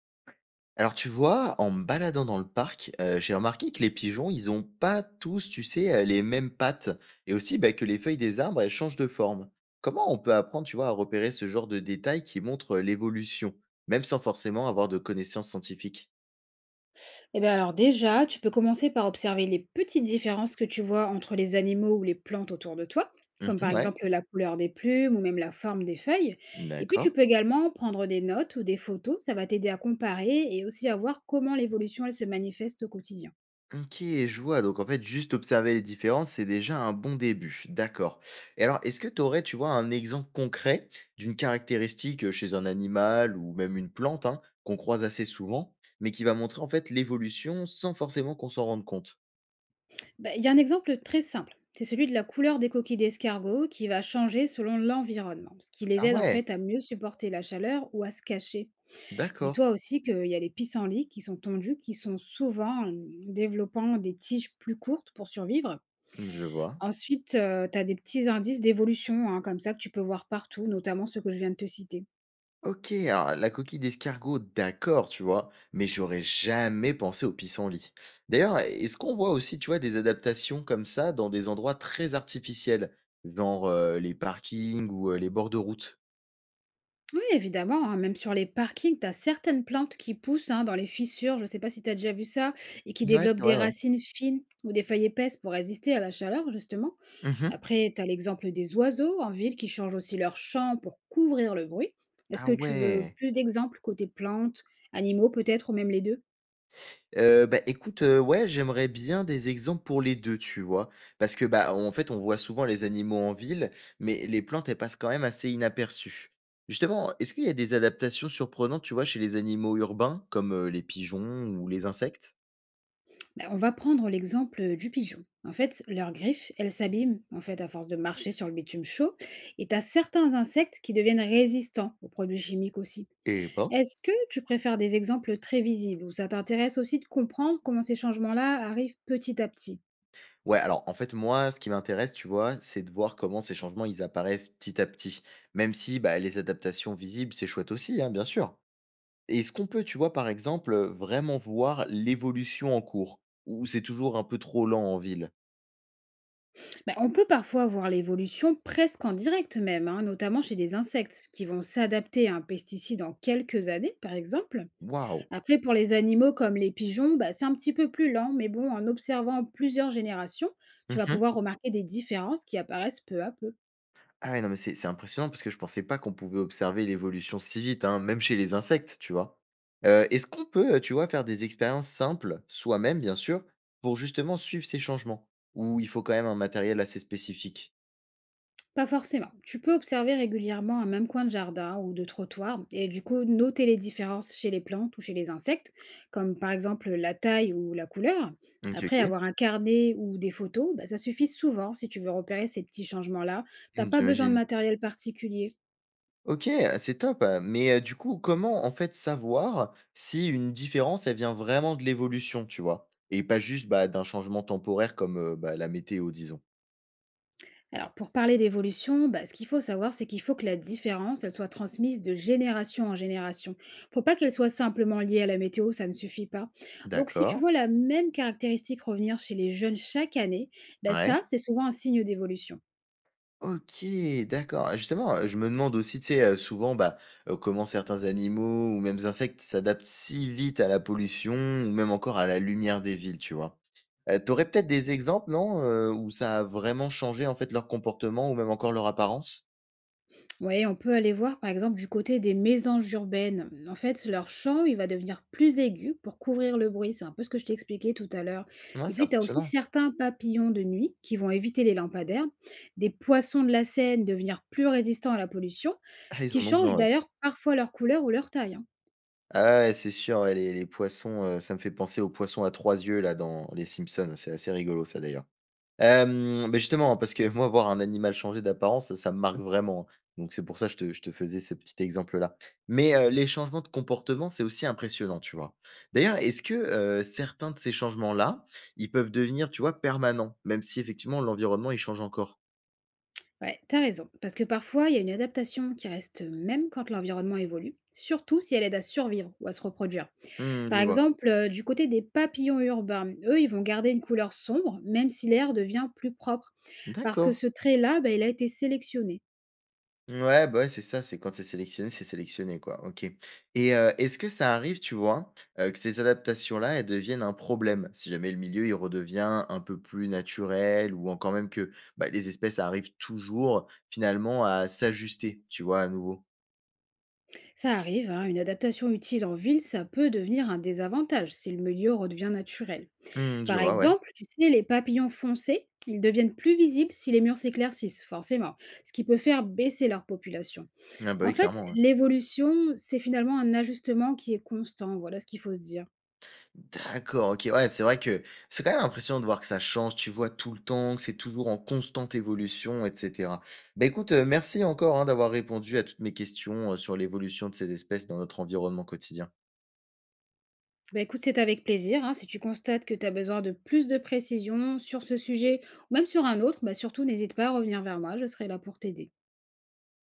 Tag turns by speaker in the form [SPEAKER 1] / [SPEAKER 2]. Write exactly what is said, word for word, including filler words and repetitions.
[SPEAKER 1] Alors tu vois, en me baladant dans le parc, heu, j'ai remarqué que les pigeons, ils ont pas tous, tu sais, heu, les mêmes pattes et aussi, bah, que les feuilles des arbres, elles changent de forme. Comment on peut apprendre, tu vois, à repérer ce genre de détails qui montrent, heu, l'évolution, même sans forcément avoir de connaissances scientifiques?
[SPEAKER 2] Eh bien alors déjà, tu peux commencer par observer les petites différences que tu vois entre les animaux ou les plantes autour de toi, comme
[SPEAKER 1] Mmh,
[SPEAKER 2] par
[SPEAKER 1] ouais,
[SPEAKER 2] exemple la couleur des plumes ou même la forme des feuilles. Et puis tu
[SPEAKER 1] d'accord.
[SPEAKER 2] peux également prendre des notes ou des photos, ça va t'aider à comparer et aussi à voir comment l'évolution elle se manifeste au quotidien.
[SPEAKER 1] OK, je vois. Donc en fait, juste observer les différences, c'est déjà un bon début. D'accord. Et alors, est-ce que tu aurais, tu vois, un exemple concret d'une caractéristique euh, chez un animal ou même une plante, hein, qu'on croise assez souvent, mais qui va montrer en fait l'évolution sans forcément qu'on s'en rende compte?
[SPEAKER 2] Bah, il y a un exemple très simple, c'est celui de la couleur des coquilles d'escargot qui va changer selon l'environnement, ce qui les
[SPEAKER 1] Ah
[SPEAKER 2] aide en
[SPEAKER 1] ouais,
[SPEAKER 2] fait à mieux supporter la chaleur ou à se cacher.
[SPEAKER 1] d'accord.
[SPEAKER 2] Dis-toi aussi qu'il y a les pissenlits qui sont tondus, qui sont souvent hem, développant des tiges plus courtes pour survivre.
[SPEAKER 1] Mmh, je vois.
[SPEAKER 2] Ensuite, heu, tu as des petits indices d'évolution, hein, comme ça que tu peux voir partout, notamment ceux que je viens de te citer.
[SPEAKER 1] OK, alors la coquille d'escargot, d'accord, tu vois, mais j'aurais jamais pensé au pissenlit. D'ailleurs, est-ce qu'on voit aussi, tu vois, des adaptations comme ça dans des endroits très artificiels, genre euh, les parkings ou euh, les bords de route?
[SPEAKER 2] Oui, évidemment, hein, même sur les parkings, tu as certaines plantes qui poussent hein, dans les fissures, je ne sais pas si tu as déjà vu ça, et qui
[SPEAKER 1] Ouais, c'est
[SPEAKER 2] développent
[SPEAKER 1] vrai,
[SPEAKER 2] des
[SPEAKER 1] ouais.
[SPEAKER 2] racines fines ou des feuilles épaisses pour résister à la chaleur, justement.
[SPEAKER 1] Mhm.
[SPEAKER 2] Après, tu as l'exemple des oiseaux en ville qui changent aussi leur chant pour couvrir le bruit. Est-ce
[SPEAKER 1] Ah
[SPEAKER 2] que tu veux
[SPEAKER 1] ouais.
[SPEAKER 2] plus d'exemples côté plantes, animaux peut-être, ou même les deux?
[SPEAKER 1] Heu, bah, écoute, heu, ouais, j'aimerais bien des exemples pour les deux, tu vois? Parce que, bah, en fait, on voit souvent les animaux en ville, mais les plantes, elles passent quand même assez inaperçues. Justement, est-ce qu'il y a des adaptations surprenantes, tu vois, chez les animaux urbains, comme, heu, les pigeons ou les insectes?
[SPEAKER 2] Ben, on va prendre l'exemple du pigeon. En fait, leurs griffes, elles s'abîment en fait à force de marcher sur le bitume chaud, et tu as certains insectes qui deviennent résistants aux produits chimiques aussi.
[SPEAKER 1] Et pas.
[SPEAKER 2] Est-ce que tu préfères des exemples très visibles ou ça t'intéresse aussi de comprendre comment ces changements-là arrivent petit à petit?
[SPEAKER 1] Ouais, alors, en fait, moi, ce qui m'intéresse, tu vois, c'est de voir comment ces changements, ils apparaissent petit à petit. Même si, bah, les adaptations visibles, c'est chouette aussi, hein, bien sûr. Est-ce qu'on peut, tu vois, par exemple, heu, vraiment voir l'évolution en cours? Ou c'est toujours un peu trop lent en ville?
[SPEAKER 2] Ben on peut parfois voir l'évolution presque en direct même, hein, notamment chez des insectes qui vont s'adapter à un pesticide en quelques années, par exemple.
[SPEAKER 1] Waouh!
[SPEAKER 2] Après, pour les animaux comme les pigeons, bah, c'est un petit peu plus lent, mais bon, en observant plusieurs générations, tu vas
[SPEAKER 1] Mmh.
[SPEAKER 2] pouvoir remarquer des différences qui apparaissent peu à peu.
[SPEAKER 1] Ah ouais, non, mais c'est c'est impressionnant parce que je pensais pas qu'on pouvait observer l'évolution si vite, hein, même chez les insectes, tu vois? Heu, est-ce qu'on peut, heu, tu vois, faire des expériences simples, soi-même bien sûr, pour justement suivre ces changements? Ou il faut quand même un matériel assez spécifique?
[SPEAKER 2] Pas forcément. Tu peux observer régulièrement un même coin de jardin ou de trottoir et du coup noter les différences chez les plantes ou chez les insectes, comme par exemple la taille ou la couleur.
[SPEAKER 1] OK,
[SPEAKER 2] Après
[SPEAKER 1] OK.
[SPEAKER 2] avoir un carnet ou des photos, bah, ça suffit souvent si tu veux repérer ces petits changements-là. T'as
[SPEAKER 1] Mmh,
[SPEAKER 2] pas besoin de
[SPEAKER 1] j'imagine.
[SPEAKER 2] matériel particulier.
[SPEAKER 1] OK, c'est top, hein. Mais heu, du coup, comment en fait savoir si une différence, elle vient vraiment de l'évolution, tu vois? Et pas juste, bah, d'un changement temporaire comme, heu, bah, la météo disons?
[SPEAKER 2] Alors, pour parler d'évolution, bah, ce qu'il faut savoir, c'est qu'il faut que la différence, elle soit transmise de génération en génération. Faut pas qu'elle soit simplement liée à la météo, ça ne suffit pas. Donc, si tu
[SPEAKER 1] D'accord,
[SPEAKER 2] vois la même caractéristique revenir chez les jeunes chaque année, bah,
[SPEAKER 1] ouais.
[SPEAKER 2] ça, c'est souvent un signe d'évolution.
[SPEAKER 1] OK, d'accord. Ah, justement, heu, je me demande aussi, tu sais, heu, souvent, bah, heu, comment certains animaux ou mêmes insectes s'adaptent si vite à la pollution ou même encore à la lumière des villes, tu vois? Heu, tu peut-être des exemples, non, heu, où ça a vraiment changé en fait leur comportement ou même encore leur apparence?
[SPEAKER 2] Oui, on peut aller voir par exemple du côté des mésanges urbaines. En fait, leur chant, il va devenir plus aigu pour couvrir le bruit. C'est un peu ce que je t'expliquais tout à l'heure.
[SPEAKER 1] Ouais,
[SPEAKER 2] Et
[SPEAKER 1] c'est
[SPEAKER 2] puis, tu as aussi
[SPEAKER 1] impressionnant.
[SPEAKER 2] certains papillons de nuit qui vont éviter les lampadaires, des poissons de la Seine devenir plus résistants à la pollution,
[SPEAKER 1] Ah,
[SPEAKER 2] ce
[SPEAKER 1] ils
[SPEAKER 2] qui
[SPEAKER 1] en ont
[SPEAKER 2] change
[SPEAKER 1] besoin, ouais.
[SPEAKER 2] d'ailleurs parfois leur couleur ou leur taille, hein.
[SPEAKER 1] Ah ouais, ouais, c'est sûr, ouais, les les poissons, heu, ça me fait penser aux poissons à trois yeux là dans les Simpsons, c'est assez rigolo ça d'ailleurs. Hem, beh, justement, hein, parce que moi voir un animal changer d'apparence, ça ça me marque vraiment, hein, donc c'est pour ça que je te je te faisais ce petit exemple là. Mais, heu, les changements de comportement, c'est aussi impressionnant, tu vois? D'ailleurs, est-ce que, heu, certains de ces changements là, ils peuvent devenir, tu vois, permanents, même si effectivement l'environnement il change encore?
[SPEAKER 2] Ouais, t'as raison. Parce que parfois, il y a une adaptation qui reste même quand l'environnement évolue, surtout si elle aide à survivre ou à se reproduire.
[SPEAKER 1] Mmh,
[SPEAKER 2] Par
[SPEAKER 1] je vois.
[SPEAKER 2] exemple, euh, du côté des papillons urbains, eux, ils vont garder une couleur sombre, même si l'air devient plus propre. Parce que
[SPEAKER 1] D'accord.
[SPEAKER 2] ce trait-là, bah, il a été sélectionné.
[SPEAKER 1] Ouais, bah, ouais, c'est ça, c'est quand c'est sélectionné, c'est sélectionné, quoi. OK, et heu, est-ce que ça arrive, tu vois, heu, que ces adaptations-là, elles deviennent un problème? Si jamais le milieu, il redevient un peu plus naturel ou encore même que, bah, les espèces arrivent toujours finalement à s'ajuster, tu vois, à nouveau?
[SPEAKER 2] Ça arrive, hein, une adaptation utile en ville, ça peut devenir un désavantage si le milieu redevient naturel.
[SPEAKER 1] Mmh, je
[SPEAKER 2] Par
[SPEAKER 1] vois, ouais.
[SPEAKER 2] exemple, tu sais, les papillons foncés, ils deviennent plus visibles si les murs s'éclaircissent, forcément, ce qui peut faire baisser leur population.
[SPEAKER 1] Ah, bah,
[SPEAKER 2] En
[SPEAKER 1] oui,
[SPEAKER 2] fait,
[SPEAKER 1] clairement, ouais.
[SPEAKER 2] l'évolution, c'est finalement un ajustement qui est constant, voilà ce qu'il faut se dire.
[SPEAKER 1] D'accord, OK. Ouais, c'est vrai que c'est quand même impressionnant de voir que ça change, tu vois, tout le temps, que c'est toujours en constante évolution et cetera. Bah, écoute, heu, merci encore, hein, d'avoir répondu à toutes mes questions, heu, sur l'évolution de ces espèces dans notre environnement quotidien.
[SPEAKER 2] Bah, écoute, c'est avec plaisir, hein, si tu constates que tu as besoin de plus de précision sur ce sujet ou même sur un autre, bah, surtout n'hésite pas à revenir vers moi, je serai là pour t'aider.